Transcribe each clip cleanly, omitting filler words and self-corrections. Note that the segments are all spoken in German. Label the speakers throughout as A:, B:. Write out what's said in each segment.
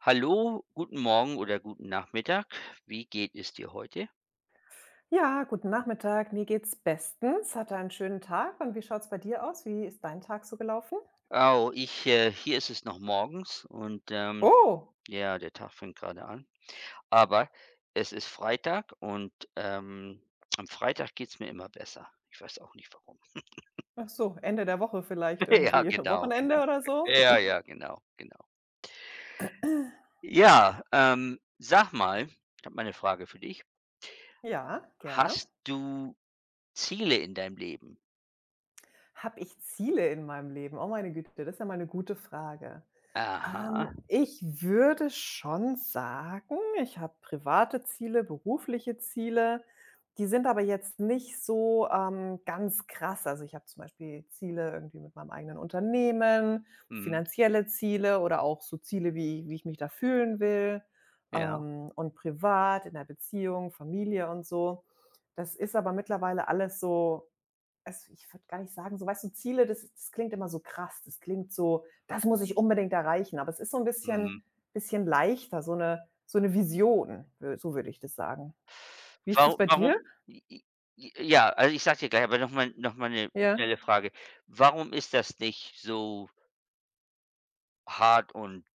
A: Hallo, guten Morgen oder guten Nachmittag. Wie geht es dir heute?
B: Ja, guten Nachmittag. Mir geht's bestens. Hatte einen schönen Tag. Und wie schaut's bei dir aus? Wie ist dein Tag so gelaufen?
A: Oh, ich hier ist es noch morgens und,
B: Oh,
A: ja, der Tag fängt gerade an. Aber es ist Freitag und, am Freitag geht's mir immer besser. Ich weiß auch nicht, warum.
B: ach so, Ende der Woche vielleicht
A: Ja,
B: irgendwie.
A: genau,
B: Wochenende
A: genau.
B: oder so?
A: Ja, ja, genau, genau. Ja, sag mal, ich habe mal 'ne Frage für dich.
B: Ja, gerne.
A: Hast du Ziele in deinem Leben?
B: Habe ich Ziele in meinem Leben? Oh meine Güte, das ist ja mal eine gute Frage.
A: Aha,
B: Ich würde schon sagen, ich habe private Ziele, berufliche Ziele. Die sind aber jetzt nicht so, ganz krass. Also, ich habe zum Beispiel Ziele irgendwie mit meinem eigenen Unternehmen,
A: mhm,
B: finanzielle Ziele oder auch so Ziele, wie wie ich mich da fühlen will,
A: ja,
B: und privat in der Beziehung, Familie und so. Das ist aber mittlerweile alles so, also, ich würde gar nicht sagen so, weißt du, Ziele, das klingt immer so krass. Das klingt so: „Das muss ich unbedingt erreichen.“ Aber es ist so ein bisschen
A: mhm.
B: bisschen leichter, so eine Vision, wür so würde ich das sagen. Wie ist
A: Waru
B: das bei
A: warum
B: dir?
A: i i i ja, also, ich sage dir gleich, aber noch mal eine
B: Ja.
A: schnelle Frage. Warum ist das nicht so hart und,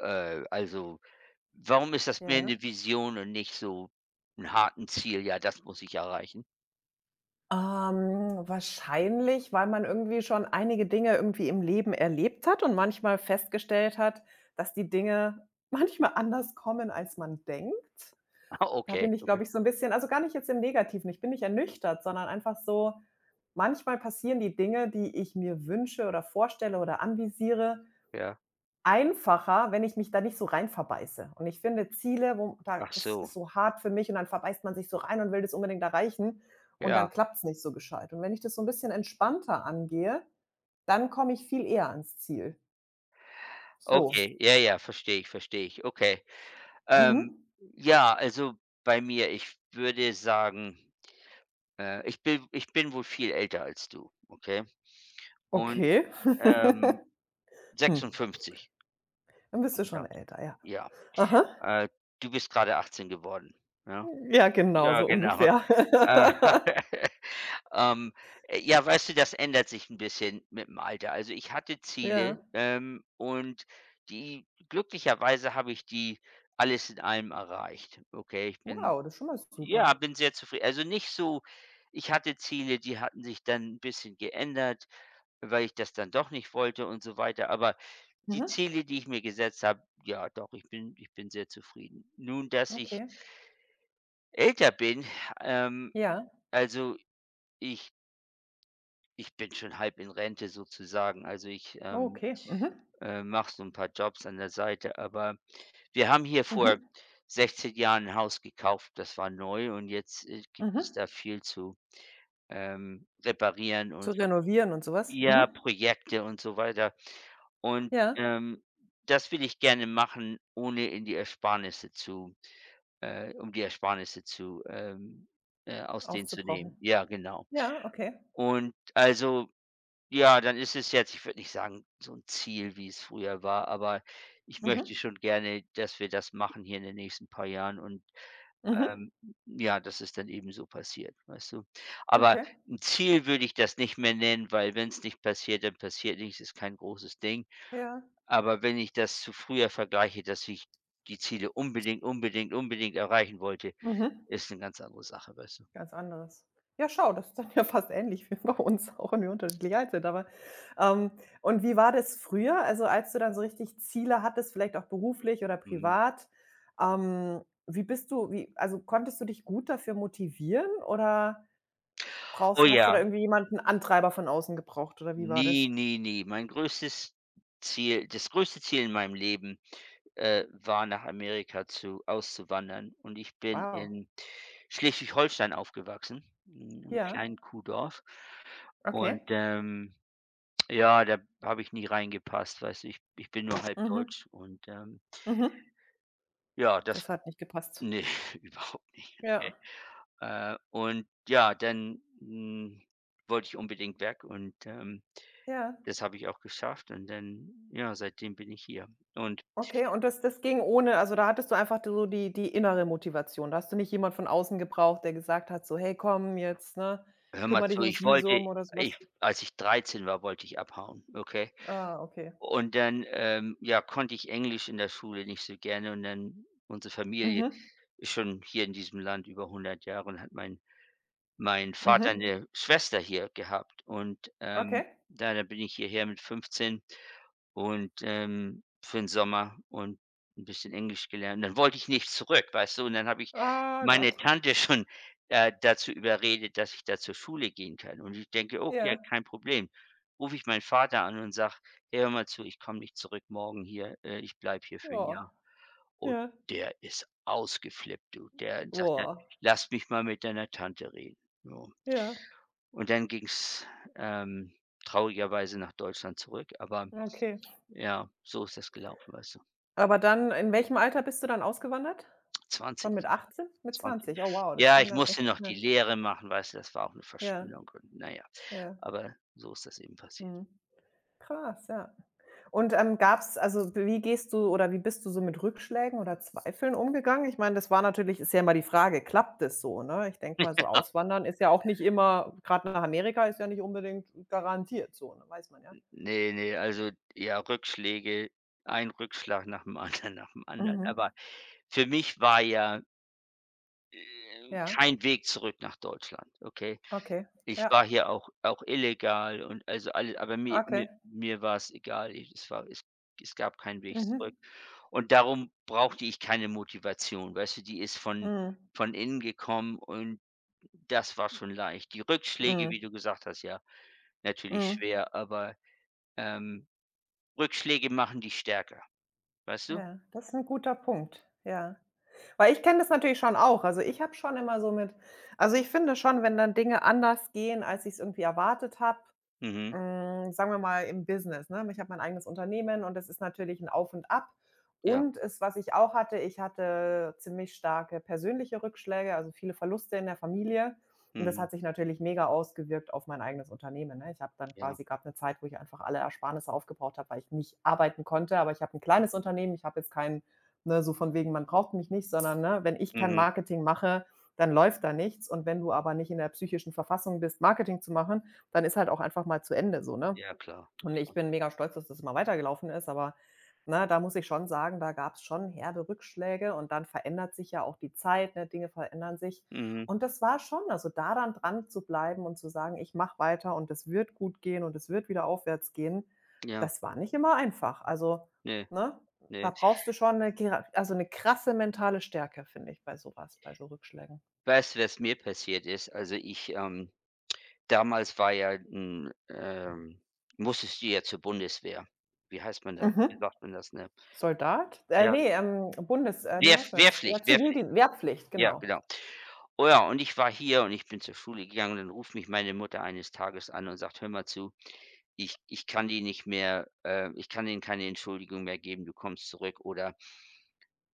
A: also, warum ist das mehr
B: Ja.
A: eine Vision und nicht so ein harten Ziel? „Ja, das muss ich erreichen."
B: Wahrscheinlich, weil man irgendwie schon einige Dinge irgendwie im Leben erlebt hat und manchmal festgestellt hat, dass die Dinge manchmal anders kommen, als man denkt.
A: Ah,
B: Da
A: okay,
B: bin ich,
A: okay,
B: glaube ich, so ein bisschen, also, gar nicht jetzt im Negativen, ich bin nicht ernüchtert, sondern einfach so, manchmal passieren die Dinge, die ich mir wünsche oder vorstelle oder anvisiere,
A: ja.
B: einfacher, wenn ich mich da nicht so rein verbeiße. Und ich finde Ziele, wo da
A: Ach
B: das ist
A: so,
B: so hart für mich und dann verbeißt man sich so rein und will das unbedingt erreichen und dann
A: ja,
B: klappt es nicht so gescheit. Und wenn ich das so ein bisschen entspannter angehe, dann komme ich viel eher ans Ziel. So.
A: okay. Ja, ja, verstehe ich, verstehe ich. Okay. Ähm,
B: Mhm.
A: ja, also, bei mir, ich würde sagen, ich bin wohl viel älter als du, okay? Und,
B: Okay.
A: ähm
B: Hm.
A: 56.
B: Dann bist du
A: Genau.
B: schon älter, ja.
A: Ja,
B: Aha.
A: äh, du bist gerade 18 geworden, ne?
B: Ja, genau,
A: Ja,
B: so
A: genau.
B: ungefähr.
A: Äh, ähm, ja, weißt du, das ändert sich 'n bisschen mit dem Alter. Also, ich hatte Ziele,
B: Ja.
A: und die glücklicherweise habe ich die alles in allem erreicht. Okay, ich bin,
B: Wow, das ist schon mal super.
A: ja, bin sehr zufrieden. Also, nicht so. Ich hatte Ziele, die hatten sich dann ein bisschen geändert, weil ich das dann doch nicht wollte und so weiter. Aber die
B: Mhm,
A: Ziele, die ich mir gesetzt habe, ja doch, ich bin sehr zufrieden. Nun, dass ich
B: okay.
A: älter bin, ähm,
B: Ja.
A: also, ich ich bin schon halb in Rente sozusagen. Also, ich,
B: Oh, okay. Mhm.
A: mache so ein paar Jobs an der Seite, aber wir haben hier vor
B: Mhm.
A: 16 Jahren ein Haus gekauft, das war neu, und jetzt, gibt es
B: Mhm.
A: da viel zu reparieren
B: Zu
A: und so,
B: renovieren und sowas.
A: ja,
B: Mhm.
A: Projekte und so weiter. Und,
B: Ja,
A: das will ich gerne machen, ohne in die Ersparnisse zu, um die Ersparnisse zu, aus denen zu
B: aufzubrauchen.
A: nehmen. Ja, genau.
B: Ja, okay.
A: Und also, ja, dann ist es jetzt, ich würde nicht sagen, so ein Ziel, wie es früher war, aber ich möchte
B: Mhm.
A: schon gerne, dass wir das machen hier in den nächsten paar Jahren und,
B: Mhm.
A: ähm, ja, das ist dann eben so passiert, weißt du? Aber
B: Okay.
A: 'n Ziel würde ich das nicht mehr nennen, weil wenn's nicht passiert, dann passiert nichts, ist kein großes Ding.
B: Ja.
A: Aber wenn ich das zu früher vergleiche, dass ich die Ziele unbedingt, unbedingt, unbedingt erreichen wollte,
B: Mhm.
A: ist 'ne ganz andere Sache, weißt du?
B: Ganz anderes. Ja, schau, das ist dann ja fast ähnlich wie bei uns, auch wenn wir unterschiedlich alt sind. Ähm, und wie war das früher? Also, als du dann so richtig Ziele hattest, vielleicht auch beruflich oder
A: Mhm.
B: privat, wie bist du, wie, also konntest du dich gut dafür motivieren oder brauchst,
A: Oh
B: hast du da
A: ja.
B: irgendwie jemanden Antreiber von außen gebraucht oder wie war
A: Nie,
B: das?
A: nie, nie. Mein größtes Ziel das größte Ziel in meinem Leben, war, nach Amerika zu auszuwandern. Und ich bin
B: Wow.
A: in Schleswig-Holstein aufgewachsen, in 'nem
B: Ja,
A: kleinen Kuhdorf. Und,
B: okay.
A: ja, da habe ich nie reingepasst, weißt du? Ich bin nur halb
B: Mhm.
A: deutsch und,
B: Mhm.
A: ja, das,
B: Das hat nicht gepasst.
A: ne, überhaupt nicht. Okay.
B: Ja,
A: Und ja, dann, wollte ich unbedingt weg und,
B: ja.
A: das habe ich auch geschafft, und dann, ja, seitdem bin ich hier. Und
B: Okay, und das ging ohne, also, da hattest du einfach so die die innere Motivation. Da hast du nicht jemand von außen gebraucht, der gesagt hat so: „Hey, komm jetzt, ne,
A: hör mal
B: kümmere dich
A: zu,
B: ums
A: ich wollte
B: Visum“ oder so
A: ich
B: was?
A: als ich 13 war, wollte ich abhauen, okay?
B: Ah, okay.
A: Und dann, ja, konnte ich Englisch in der Schule nicht so gerne, und dann unsere Familie
B: Mhm.
A: ist schon hier in diesem Land über 100 Jahre, und hat mein Vater
B: Mhm.
A: eine Schwester hier gehabt, und,
B: Okay.
A: da bin ich hierher mit 15 und, für den Sommer, und ein bisschen Englisch gelernt. Dann wollte ich nicht zurück, weißt du? Und dann habe ich
B: Ah
A: meine
B: Gott.
A: Tante schon, dazu überredet, dass ich da zur Schule gehen kann. Und ich denke: „Okay,
B: Ja.
A: kein Problem." Rufe ich meinen Vater an und sage: „Hey, hör mal zu, ich komme nicht zurück morgen hier. Ich bleibe hier für ein
B: Oh.
A: Jahr." Und
B: Ja.
A: der ist ausgeflippt, du. Der sagt er:
B: Boah.
A: „Lass mich mal mit deiner Tante reden." Ja.
B: Ja.
A: Und dann ging's, ähm, traurigerweise nach Deutschland zurück, aber
B: Okay.
A: ja, so ist das gelaufen, weißt du?
B: Aber dann in welchem Alter bist du dann ausgewandert? Schon
A: Zwanzig,
B: mit 18? Mit
A: zwanzig.
B: 20? Oh wow, das
A: Ja,
B: ging
A: ich
B: dann
A: musste
B: echt
A: noch die
B: schnell.
A: Lehre machen, weißt du, das war auch 'ne
B: Ja,
A: Verschwendung und na ja,
B: ja.
A: aber so ist das eben passiert.
B: Mhm. Krass, ja. Und, gab's also, wie gehst du oder wie bist du so mit Rückschlägen oder Zweifeln umgegangen? Ich meine, das war natürlich ist ja immer die Frage, klappt es so, ne? Ich denke mal, so Auswandern ist ja auch nicht immer gerade nach Amerika ist ja nicht unbedingt garantiert so, ne? Weiß man ja.
A: Ne, ne, also, ja, Rückschläge, ein Rückschlag nach dem anderen, nach dem anderen.
B: Mhm.
A: Aber für mich war ja,
B: Ja,
A: kein Weg zurück nach Deutschland, okay?
B: okay.
A: Ich
B: Ja,
A: war hier auch illegal und also alle, aber mir
B: okay.
A: mir mir war's egal. Ich es war es Es gab keinen Weg
B: Mhm.
A: zurück. Und darum brauchte ich keine Motivation, weißt du? Die ist von
B: Mhm.
A: von innen gekommen, und das war schon leicht. Die Rückschläge, wie
B: Mhm.
A: du gesagt hast, ja, natürlich
B: Mhm.
A: schwer, aber, ähm, Rückschläge machen dich stärker, weißt du?
B: Ja, das ist ein guter Punkt, ja. Weil ich kenne das natürlich schon auch. Also, ich habe schon immer so mit, also, ich finde schon, wenn dann Dinge anders gehen, als ich es irgendwie erwartet habe.
A: Mhm.
B: Hm, sagen wir mal im Business, ne? Ich habe mein eigenes Unternehmen und das ist natürlich ein Auf und Ab.
A: Ja.
B: Und es, was ich auch hatte, ich hatte ziemlich starke persönliche Rückschläge, also viele Verluste in der Familie. Und das
A: Mhm.
B: hat sich natürlich mega ausgewirkt auf mein eigenes Unternehmen, ne? Ich habe dann
A: Ja.
B: quasi gab eine Zeit, wo ich einfach alle Ersparnisse aufgebraucht habe, weil ich nicht arbeiten konnte. Aber ich habe ein kleines Unternehmen. Ich habe jetzt kein, ne, so von wegen: „Man braucht mich nicht“, sondern, ne, wenn ich kein
A: Mhm.
B: Marketing mache, dann läuft da nichts. Und wenn du aber nicht in der psychischen Verfassung bist, Marketing zu machen, dann ist halt auch einfach mal zu Ende so, ne?
A: Ja, klar.
B: Und ich bin mega stolz, dass das immer weitergelaufen ist, aber, ne, da muss ich schon sagen, da gab es schon herbe Rückschläge und dann verändert sich ja auch die Zeit, ne? Dinge verändern sich.
A: Mhm.
B: Und das war schon, also da dann dran zu bleiben und zu sagen: „Ich mache weiter und es wird gut gehen und es wird wieder aufwärts gehen.“
A: Ja.
B: Das war nicht immer einfach. Also,
A: Ne,
B: ne,
A: ne.
B: da brauchst du schon eine gera also 'ne krasse mentale Stärke, finde ich, bei sowas, bei so Rückschlägen.
A: Weißt du, was mir passiert ist? Also ich, damals war ja 'n, musstest du ja zur Bundeswehr. Wie heißt man das? Wie
B: Mhm.
A: sagt man das, ne?
B: Soldat?
A: Ja,
B: Ne, Bundes, wie heißt das? Ja,
A: Wehrpflicht, Wehrpflicht,
B: Zivildien Wehrpflicht,
A: ja,
B: genau.
A: genau. Oh ja, und ich war hier und ich bin zur Schule gegangen, und dann ruft mich meine Mutter eines Tages an und sagt: „Hör mal zu, ich kann die nicht mehr, ich kann denen keine Entschuldigung mehr geben, du kommst zurück oder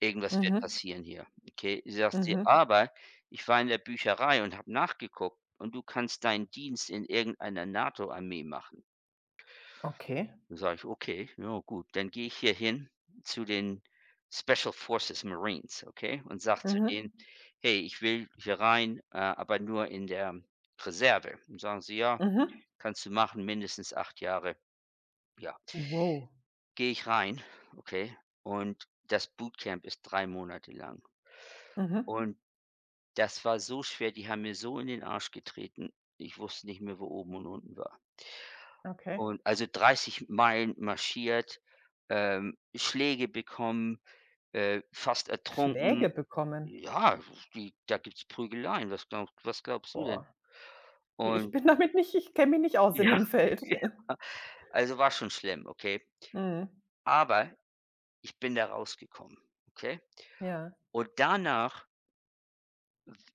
A: irgendwas wird
B: Mhm,
A: passieren hier, okay?" Sie sagt sie:
B: mhm.
A: „Aber ich war in der Bücherei und habe nachgeguckt, und du kannst deinen Dienst in irgendeiner NATO-Armee machen."
B: Okay.
A: Dann sage ich: „Okay, ja gut." Dann gehe ich hier hin zu den Special Forces Marines, okay, und sage zu
B: Mhm,
A: denen: „Hey, ich will hier rein, aber nur in der Reserve." Dann sagen sie: „Ja,
B: mhm.
A: kannst du machen, mindestens 8 Jahre." Ja,
B: Wow.
A: gehe ich rein, okay, und das Bootcamp ist 3 Monate lang.
B: Mhm.
A: Und das war so schwer, die haben mir so in den Arsch getreten, ich wusste nicht mehr, wo oben und unten war.
B: Okay.
A: Und also 30 Meilen marschiert, Schläge bekommen, fast
B: Schläge
A: ertrunken.
B: bekommen?
A: Ja, die, da gibt's Prügeleien. Was glaubst du denn?
B: Boah. Ich
A: Und
B: bin damit nicht ich kenne mich nicht aus in
A: ja,
B: dem Feld.
A: also, war schon schlimm, okay?
B: Mhm.
A: Aber ich bin da rausgekommen, okay?
B: Ja.
A: Und danach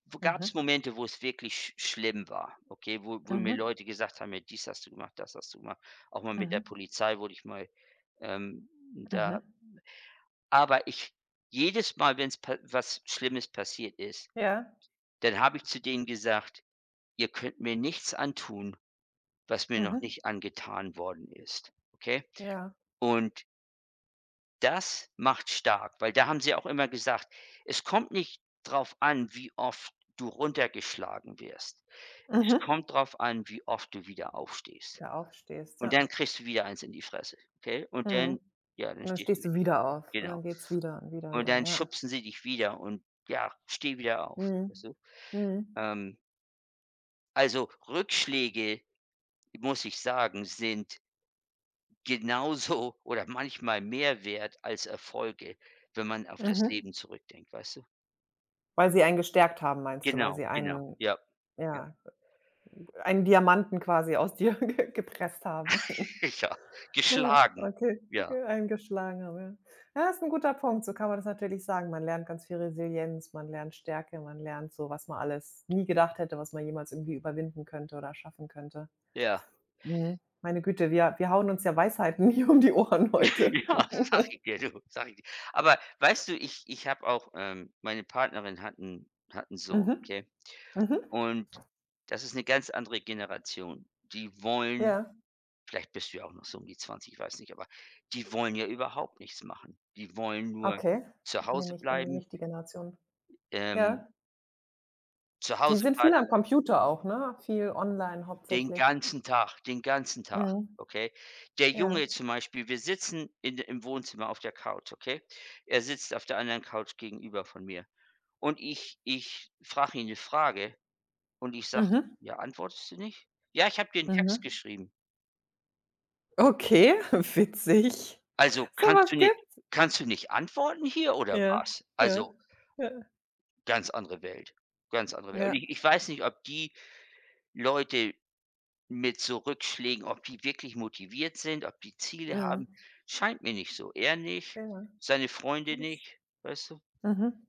A: w gab's
B: Mhm,
A: Momente, wo es wirklich schlimm war, okay? Wo mir
B: mhm,
A: Leute gesagt haben: „Ja, dies hast du gemacht, das hast du gemacht." Auch mal mit
B: mhm,
A: der Polizei wurde ich mal, ähm,
B: mhm,
A: da Aber ich jedes Mal, wenn pa was Schlimmes passiert ist,
B: ja.
A: dann habe ich zu denen gesagt: „Ihr könnt mir nichts antun, was mir noch
B: Mhm,
A: nicht angetan worden ist", okay?
B: ja.
A: Und das macht stark, weil da haben sie auch immer gesagt: „Es kommt nicht drauf an, wie oft du runtergeschlagen wirst. Es
B: Mhm.
A: kommt drauf an, wie oft du wieder aufstehst.
B: Wieder aufstehst,
A: Und
B: ja.
A: dann kriegst du wieder eins in die Fresse, okay? Und
B: Mhm.
A: dann, ja, dann
B: Und dann
A: stehst du,
B: stehst du wieder auf und dann
A: genau.
B: geht's wieder und wieder,
A: Und
B: wieder,
A: dann
B: ja.
A: schubsen sie dich wieder und, ja, steh wieder auf."
B: Mhm.
A: Weißt.
B: Mhm.
A: Ähm, also, Rückschläge, muss ich sagen, sind genauso oder manchmal mehr wert als Erfolge, wenn man auf das
B: Mhm.
A: Leben zurückdenkt, weißt du?
B: Weil sie einen gestärkt haben, meinst du? Weil
A: Genau,
B: sie
A: genau,
B: einen
A: ja. Ja,
B: ja, einen Diamanten quasi aus dir ge gepresst haben.
A: ja,
B: Aha,
A: geschlagen.
B: okay,
A: Ja,
B: ge eingeschlagen haben, ja. Ja, ist 'n guter Punkt, so kann man das natürlich sagen. Man lernt ganz viel Resilienz, man lernt Stärke, man lernt so, was man alles nie gedacht hätte, was man jemals irgendwie überwinden könnte oder schaffen könnte.
A: ja.
B: Mhm. Meine Güte, wir hauen uns ja Weisheiten hier um die Ohren heute.
A: Ja, sag ich dir, du, sag ich dir. Aber weißt du, ich habe auch, meine Partnerin hat 'n Sohn,
B: Mhm,
A: okay?
B: mhm,
A: Und das ist eine ganz andere Generation. Die wollen
B: ja,
A: Vielleicht bist du ja auch noch so um die 20, ich weiß nicht, aber die wollen ja überhaupt nichts machen. Die wollen nur
B: okay.
A: zu
B: Ne,
A: Hause
B: ich bin
A: bleiben,
B: nicht die Generation.
A: ähm,
B: Ja.
A: zu
B: Die
A: Hause
B: sind
A: blei
B: viel am Computer auch, ne? Viel online hauptsächlich.
A: den ganzen Tag,
B: Mhm.
A: okay? Der
B: Ja.
A: Junge zum Beispiel, wir sitzen in de im Wohnzimmer auf der Couch, okay? Er sitzt auf der anderen Couch gegenüber von mir, und ich frage ihn eine Frage und ich sage:
B: Mhm.
A: „Ja, antwortest du nicht?" „Ja, ich habe dir einen Text
B: Mhm.
A: geschrieben."
B: Okay, witzig.
A: „Also,
B: So was gibt's?
A: kannst du nicht antworten hier oder
B: Ja,
A: was?"
B: ja,
A: Also.
B: ja,
A: Ganz andere Welt, ganz andere Welt. Und
B: ja,
A: ich weiß nicht, ob die Leute mit so Rückschlägen, ob die wirklich motiviert sind, ob die Ziele
B: mhm.
A: haben. Scheint mir nicht so. Er nicht,
B: Ja,
A: seine Freunde
B: das,
A: nicht, weißt du?
B: mhm.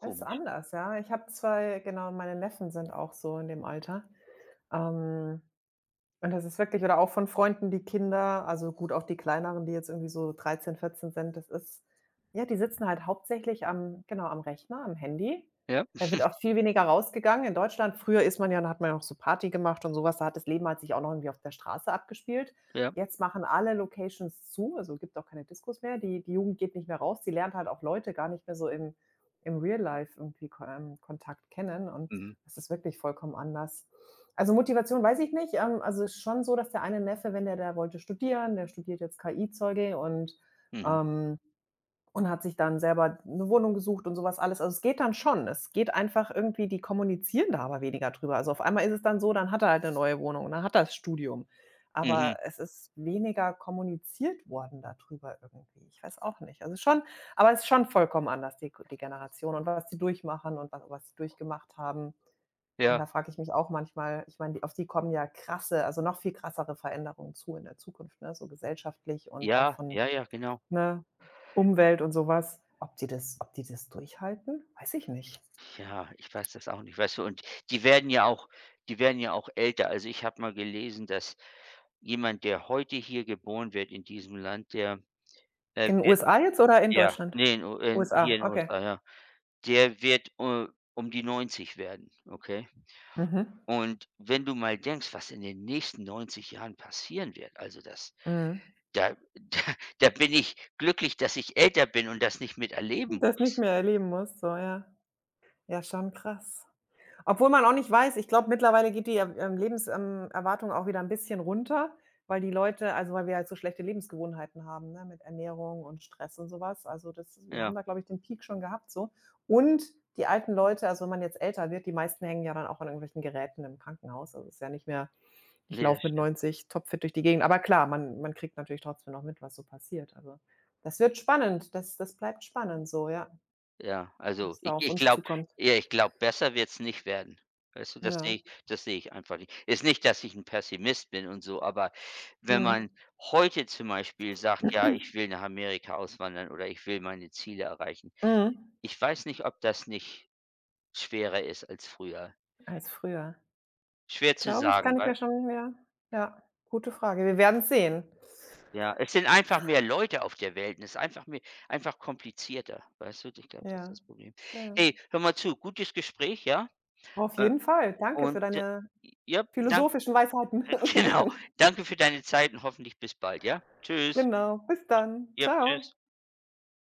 B: Ist anders, ja. Ich habe 2, genau, meine Neffen sind auch so in dem Alter. Ähm. Und das ist wirklich oder auch von Freunden, die Kinder, also gut, auch die kleineren, die jetzt irgendwie so 13 14 sind, das ist, ja, die sitzen halt hauptsächlich am genau, am Rechner, am Handy.
A: Ja,
B: Da wird auch viel weniger rausgegangen. In Deutschland früher ist man ja da hat man ja noch so Party gemacht und so was, da hat das Leben halt sich auch noch irgendwie auf der Straße abgespielt.
A: ja.
B: Jetzt machen alle Locations zu, also gibt auch keine Diskos mehr. Die Jugend geht nicht mehr raus, die lernt halt auch Leute gar nicht mehr so im im Real Life irgendwie Ko Kontakt kennen und
A: Mhm,
B: das ist wirklich vollkommen anders. Also, Motivation weiß ich nicht. Also, es ist schon so, dass der eine Neffe, wenn der da wollte studieren, der studiert jetzt KI-Zeuge
A: mhm,
B: ähm und hat sich dann selber 'ne Wohnung gesucht und so was alles. Also, es geht dann schon. Es geht einfach irgendwie die kommunizieren da aber weniger drüber. Also, auf einmal ist es dann so, dann hat er halt 'ne neue Wohnung und dann hat er das Studium. Aber
A: mhm.
B: es ist weniger kommuniziert worden da drüber irgendwie. Ich weiß auch nicht. Also, schon aber es ist schon vollkommen anders, die Generation und was die durchmachen und was sie durchgemacht haben. Und
A: Ja,
B: da frage ich mich auch manchmal ich meine, die, auf die kommen ja krasse, also noch viel krassere Veränderungen zu in der Zukunft, ne, so gesellschaftlich und auch
A: ja,
B: von,
A: ja, ja, genau.
B: ne, Umwelt und sowas. Ob die das durchhalten? Weiß ich nicht.
A: Ja, ich weiß das auch nicht, weißt du? Und die werden ja auch die werden ja auch älter. Also, ich habe mal gelesen, dass jemand, der heute hier geboren wird in diesem Land, der,
B: In
A: wird,
B: USA jetzt oder in
A: ja,
B: Deutschland?
A: ne, in U in
B: USA,
A: hier in
B: okay.
A: USA, ja. Der wird, um die 90 werden, okay?
B: Mhm.
A: Und wenn du mal denkst, was in den nächsten 90 Jahren passieren wird, also das
B: Mhm.
A: da da bin ich glücklich, dass ich älter bin und das nicht miterleben
B: Das
A: muss.
B: nicht mehr erleben muss so, ja. Ja, schon krass. Obwohl man auch nicht weiß ich glaube, mittlerweile geht die, ähm, auch wieder ein bisschen runter, weil die Leute, also, weil wir halt so schlechte Lebensgewohnheiten haben, ne, mit Ernährung und Stress und sowas. Also, das wir haben
A: Ja,
B: da, glaube ich, den Peak schon gehabt so. Und die alten Leute, also, wenn man jetzt älter wird, die meisten hängen ja dann auch an irgendwelchen Geräten im Krankenhaus. Also, es ist ja nicht mehr: „Ich
A: ne,
B: laufe
A: das
B: mit
A: stimmt.
B: 90 topfit durch die Gegend.“ Aber klar, man kriegt natürlich trotzdem noch mit, was so passiert. Also, das wird spannend. Das bleibt spannend so, ja,
A: Ja, also
B: was da
A: ich
B: auf
A: ich
B: uns
A: glaube
B: zukommt.
A: ja, ich glaube, besser wird's nicht werden. Weißt du,
B: Ja.
A: das sehe ich einfach nicht. Ist nicht, dass ich ein Pessimist bin und so, aber wenn man
B: Mhm.
A: heute zum Beispiel sagt: „Ja, ich will nach Amerika auswandern oder ich will meine Ziele erreichen",
B: Mhm.
A: ich weiß nicht, ob das nicht schwerer ist als früher.
B: Als früher.
A: Schwer zu
B: Glaube ich, kann
A: sagen,
B: ich mir
A: weil,
B: schon ja, ja, gute Frage. Wir werden's sehen.
A: ja, es sind einfach mehr Leute auf der Welt und es ist einfach mehr, einfach komplizierter, weißt du? Ich glaube, das ist
B: Ja,
A: das Problem.
B: ja.
A: Hey, hör mal zu, gutes Gespräch, ja?
B: Auf
A: Äh,
B: jeden Fall. Danke für
A: und d
B: deine
A: ja, danke,
B: philosophischen Weisheiten.
A: genau. Danke für deine Zeit und hoffentlich bis bald, ja? Tschüss.
B: Genau. Bis dann.
A: Ja,
B: Ciao.
A: tschüss.